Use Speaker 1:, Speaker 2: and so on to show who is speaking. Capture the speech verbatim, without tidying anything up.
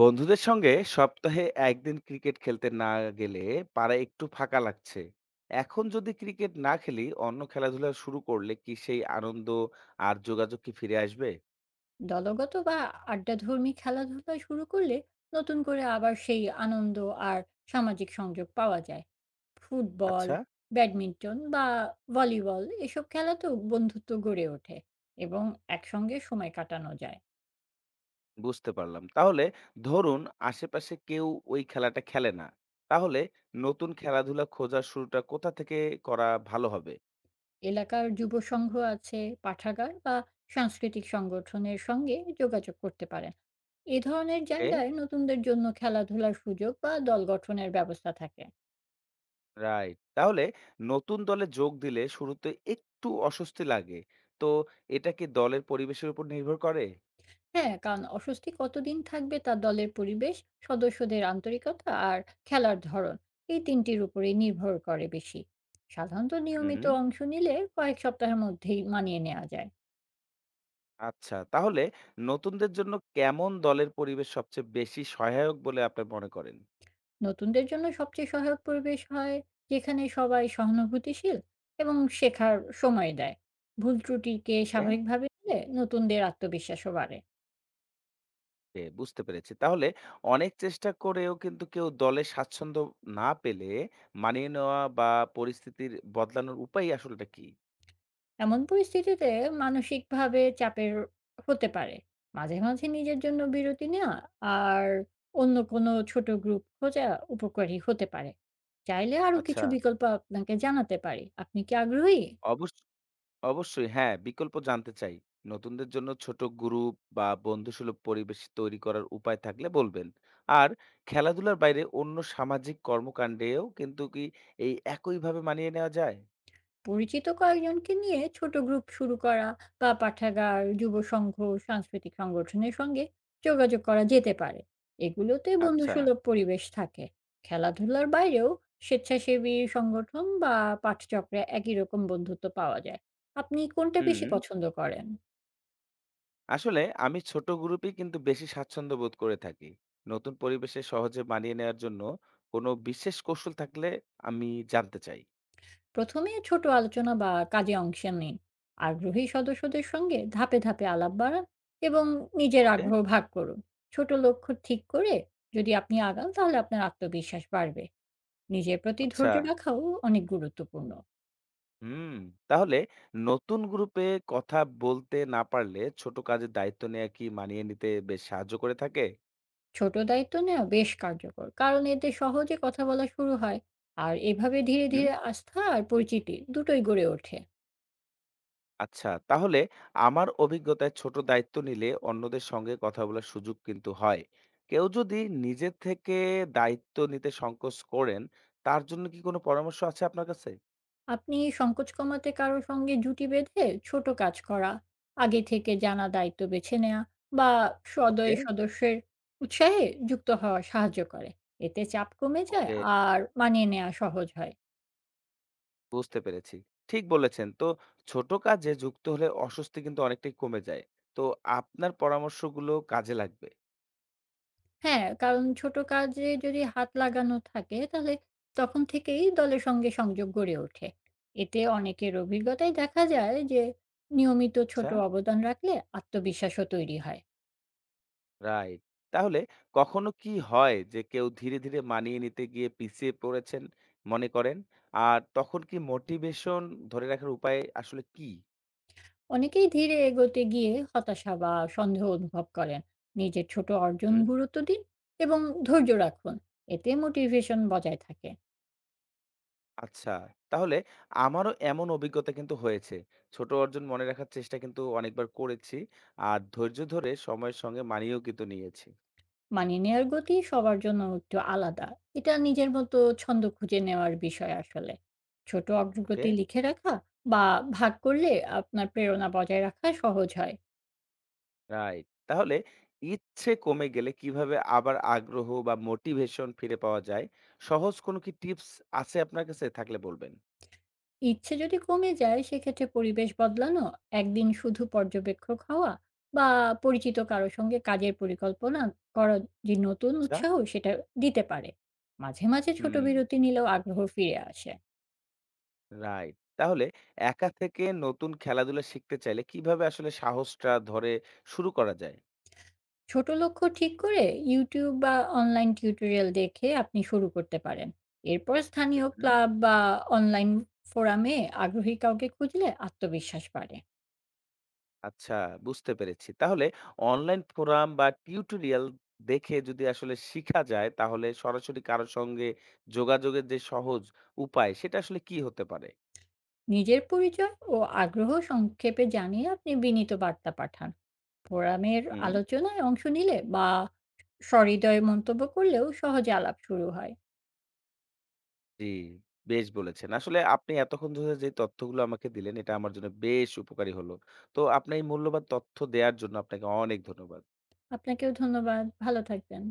Speaker 1: বন্ধুদের সঙ্গে সপ্তাহে একদিন ক্রিকেট খেলতে না গেলে পাড়া একটু ফাঁকা লাগছে। এখন যদি ক্রিকেট না খেলি, অন্য খেলাধুলা শুরু করলে কি সেই আনন্দ আর যোগাযোগ কি ফিরে আসবে?
Speaker 2: দলগত বা আড্ডাধর্মী খেলাধুলা শুরু করলে নতুন করে আবার সেই আনন্দ আর সামাজিক সংযোগ পাওয়া যায়। ফুটবল,
Speaker 1: আচ্ছা,
Speaker 2: ব্যাডমিন্টন বা ভলিবল এসব খেলাতেও বন্ধুত্ব গড়ে ওঠে এবং একসঙ্গে সময় কাটানো যায়।
Speaker 1: বুঝতে পারলাম। তাহলে ধরুন আশেপাশে কেউ ওই খেলাটা খেলে না, তাহলে নতুন খেলাধুলা খোঁজার শুরুটা কোথা থেকে করা ভালো হবে?
Speaker 2: এলাকার যুব সংঘ আছে, পাঠাগার বা সাংস্কৃতিক সংগঠনের সঙ্গে যোগাযোগ করতে পারেন। এ ধরনের
Speaker 1: এ,
Speaker 2: জায়গায় নতুনদের জন্য খেলাধুলার সুযোগ বা দল গঠনের ব্যবস্থা থাকে।
Speaker 1: রাইট। তাহলে নতুন দলে যোগ দিলে শুরুতে একটু অস্বস্তি লাগে তো, এটা কি দলের পরিবেশের উপর নির্ভর করে?
Speaker 2: হ্যাঁ, কারণ অস্বস্তি কতদিন থাকবে তা দলের পরিবেশ, সদস্যদের আন্তরিকতা আর খেলার ধরন এই তিন টির উপরেই নির্ভর করে বেশি। সাধারণত
Speaker 1: হুম।
Speaker 2: নিয়মিত অংশ নিলে কয়েক সপ্তাহের মধ্যেই মানিয়ে নেওয়া যায়।
Speaker 1: আচ্ছা, তাহলে নতুনদের জন্য কেমন দলের পরিবেশ সবচেয়ে বেশি সহায়ক বলে আপনি মনে করেন?
Speaker 2: নতুনদের জন্য সবচেয়ে সহায়ক পরিবেশ হয় যেখানে সবাই সহানুভূতিশীল এবং শেখার সময় দেয়। ভুল ত্রুটিকে
Speaker 1: এ?
Speaker 2: স্বাভাবিকভাবে নিলে নতুনদের আত্মবিশ্বাসও বাড়ে।
Speaker 1: এ, বুঝতে পেরেছি। তাহলে অনেক চেষ্টা করেও কিন্তু কেউ দলে স্বাচ্ছন্দ্য না পেলে মানিয়ে নেওয়া বা পরিস্থিতির বদলানোর উপায় আসলেটা কি?
Speaker 2: এমন পরিস্থিতিতে মানসিকভাবে চাপের হতে পারে। মাঝে, মাঝে নিজের জন্য বিরতি নেওয়া আর অন্য কোনো ছোট গ্রুপ খোঁজা উপকারী হতে পারে। চাইলে আরো
Speaker 1: আচ্ছা,
Speaker 2: কিছু বিকল্প আপনাকে জানাতে পারি। আপনি কি আগ্রহী?
Speaker 1: অবশ্য অবশ্যই হ্যাঁ, বিকল্প জানতে চাই। নতুনদের জন্য ছোট গ্রুপ বা বন্ধুসুলভ পরিবেশ তৈরি করার উপায় থাকলে বলবেন। আর খেলাধুলার বাইরে অন্য সামাজিক কর্মকাণ্ডেও কিন্তু কি এই একইভাবে মানিয়ে নেওয়া যায়?
Speaker 2: পরিচিত কয়েকজনকে নিয়ে ছোট গ্রুপ শুরু করা বা পাঠাগার, যুব সংঘ, সাংস্কৃতিক সংগঠনের সঙ্গে যোগাযোগ করা যেতে পারে। এগুলোতে
Speaker 1: আচ্ছা।
Speaker 2: বন্ধুসুলভ পরিবেশ থাকে। খেলাধুলার বাইরেও স্বেচ্ছাসেবী সংগঠন বা পাঠচক্রে একই রকম বন্ধুত্ব পাওয়া যায়। আপনি কোনটা বেশি
Speaker 1: হুম।
Speaker 2: পছন্দ করেন?
Speaker 1: আসলে আমি ছোট গ্রুপেই কিন্তু বেশি স্বাচ্ছন্দ্য বোধ করে থাকি। নতুন পরিবেশে সহজে মানিয়ে নেওয়ার জন্য কোনো বিশেষ কৌশল থাকলে আমি জানতে চাই।
Speaker 2: প্রথমে ছোট আলোচনা বা কাজে অংশ নিন, আগ্রহী সদস্যদের সঙ্গে ধাপে ধাপে আলাপ বাড়ান এবং নিজের
Speaker 1: ওকে?
Speaker 2: আগ্রহ ভাগ করুন। ছোট লক্ষ্য ঠিক করে যদি আপনি আগান তাহলে আপনার আত্মবিশ্বাস বাড়বে। নিজের প্রতি
Speaker 1: আচ্ছা।
Speaker 2: ধৈর্য রাখাও অনেক গুরুত্বপূর্ণ।
Speaker 1: হুম। তাহলে নতুন গ্রুপে কথা বলতে না পারলে ছোট কাজের দায়িত্ব নেয়া কি মানিয়ে নিতে বেশ সাহায্য করে থাকে?
Speaker 2: ছোট দায়িত্ব নেওয়া বেশ কার্যকর, কারণ এতে সহজে কথা বলা শুরু হয় আর এভাবে ধীরে ধীরে আস্থা আর পরিচিতি দুটোই গড়ে ওঠে।
Speaker 1: আচ্ছা, তাহলে আমার অভিজ্ঞতায় ছোট দায়িত্ব নিলে অন্যদের সঙ্গে কথা বলার সুযোগ কিন্তু হয়। কেউ যদি নিজে থেকে দায়িত্ব নিতে সংকোচ করেন, তার জন্য কি কোনো পরামর্শ আছে আপনার কাছে?
Speaker 2: আপনি সংকোচ কমাতে কারো সঙ্গে জুটি বেঁধে ছোট কাজ করা, আগে থেকে জানা দায়িত্ব বেছে নেওয়া বা
Speaker 1: ওকে,
Speaker 2: সদয় সদস্যের উৎসাহে যুক্ত হওয়া সাহায্য করে। এতে চাপ কমে যায়
Speaker 1: ওকে,
Speaker 2: আর মানিয়ে নেওয়া সহজ হয়।
Speaker 1: বুঝতে পেরেছি। ঠিক বলেছেন। তো ছোট কাজে যুক্ত হলে অস্বস্তি কিন্তু অনেকটাই কমে যায়। তো আপনার পরামর্শগুলো কাজে লাগবে।
Speaker 2: হ্যাঁ, কারণ ছোট কাজে যদি হাত লাগানো থাকে তাহলে তখন থেকেই দলের সঙ্গে সংযোগ গড়ে ওঠে। এতে অনেকের অভিজ্ঞতায় দেখা যায় যে নিয়মিত ছোট
Speaker 1: আচ্ছা।
Speaker 2: অবদান রাখলে আত্মবিশ্বাসও তৈরি হয়।
Speaker 1: রাইট। তাহলে কখনো কি হয় যে কেউ ধীরে, ধীরে মানিয়ে নিতে গিয়ে পিছিয়ে পড়েছেন মনে করেন? আর তখন কি মোটিভেশন ধরে রাখার উপায় আসলে কি?
Speaker 2: অনেকেই ধীরে এগোতে গিয়ে হতাশা বা সন্দেহ অনুভব করেন। নিজের ছোট অর্জন
Speaker 1: হুম।
Speaker 2: গুরুত্ব দিন এবং ধৈর্য রাখুন। এতে মোটিভেশন বজায় থাকে।
Speaker 1: আচ্ছা, তাহলে আমারও এমন অভিজ্ঞতা কিন্তু হয়েছে। ছোট অর্জন মনে রাখার চেষ্টা কিন্তু অনেকবার করেছি। আর ধৈর্য ধরে সময়ের সঙ্গে মানিয়েও কিন্তু নিয়েছি।
Speaker 2: মানিয়ে নেওয়ার গতি সবার জন্য একটু আলাদা, এটা নিজের মতো ছন্দ খুঁজে নেওয়ার বিষয় আসলে। ছোট
Speaker 1: ওকে?
Speaker 2: অগ্রগতি লিখে রাখা বা ভাগ করলে আপনার প্রেরণা বজায় রাখা সহজ হয়।
Speaker 1: রাইট। তাহলে ইচ্ছে কমে গেলে কিভাবে আবার আগ্রহ বা মোটিভেশন ফিরে পাওয়া যায়? সহজ কোনো কি টিপস আছে আপনার কাছে? থাকলে বলবেন।
Speaker 2: ইচ্ছে যদি কমে যায় সেক্ষেত্রে পরিবেশ বদলানো, একদিন শুধু পর্যবেক্ষক হওয়া বা পরিচিত কারো সঙ্গে কাজের পরিকল্পনা করার যে নতুন
Speaker 1: আচ্ছা।
Speaker 2: উৎসাহ, সেটা দিতে পারে। মাঝে মাঝে ছোট
Speaker 1: হুম,
Speaker 2: বিরতি নিলেও আগ্রহ ফিরে আসে।
Speaker 1: রাইট। তাহলে একা থেকে নতুন খেলাধুলা শিখতে চাইলে কিভাবে আসলে সাহসটা ধরে শুরু করা যায়?
Speaker 2: ছোট লক্ষ্য ঠিক করে ইউটিউব বা অনলাইন টিউটোরিয়াল দেখে আপনি শুরু করতে পারেন। এরপর স্থানীয়
Speaker 1: হুম।
Speaker 2: ক্লাব বা অনলাইন ফোরামে আগ্রহী কাউকে খুঁজলে আত্মবিশ্বাস বাড়ে।
Speaker 1: আচ্ছা, বুঝতে পেরেছি। তাহলে অনলাইন ফোরাম বা টিউটোরিয়াল দেখে যদি আসলে শিখা যায়, তাহলে সরাসরি কারো সঙ্গে যোগাযোগের যে সহজ উপায়, সেটা আসলে কি হতে পারে?
Speaker 2: নিজের পরিচয় ও আগ্রহ সংক্ষেপে জানিয়ে আপনি বিনীত বার্তা পাঠান। ফোরামের
Speaker 1: হুম।
Speaker 2: আলোচনায় অংশ নিলে বা সহৃদয় মন্তব্য করলেও সহজে আলাপ শুরু হয়।
Speaker 1: জি, বেশ বলেছেন। আসলে আপনি এতক্ষণ ধরে যে তথ্যগুলো আমাকে দিলেন, এটা আমার জন্য বেশ উপকারী হলো। তো আপনার এই মূল্যবান তথ্য দেওয়ার জন্য আপনাকে অনেক ধন্যবাদ।
Speaker 2: আপনাকেও ধন্যবাদ। ভালো থাকবেন।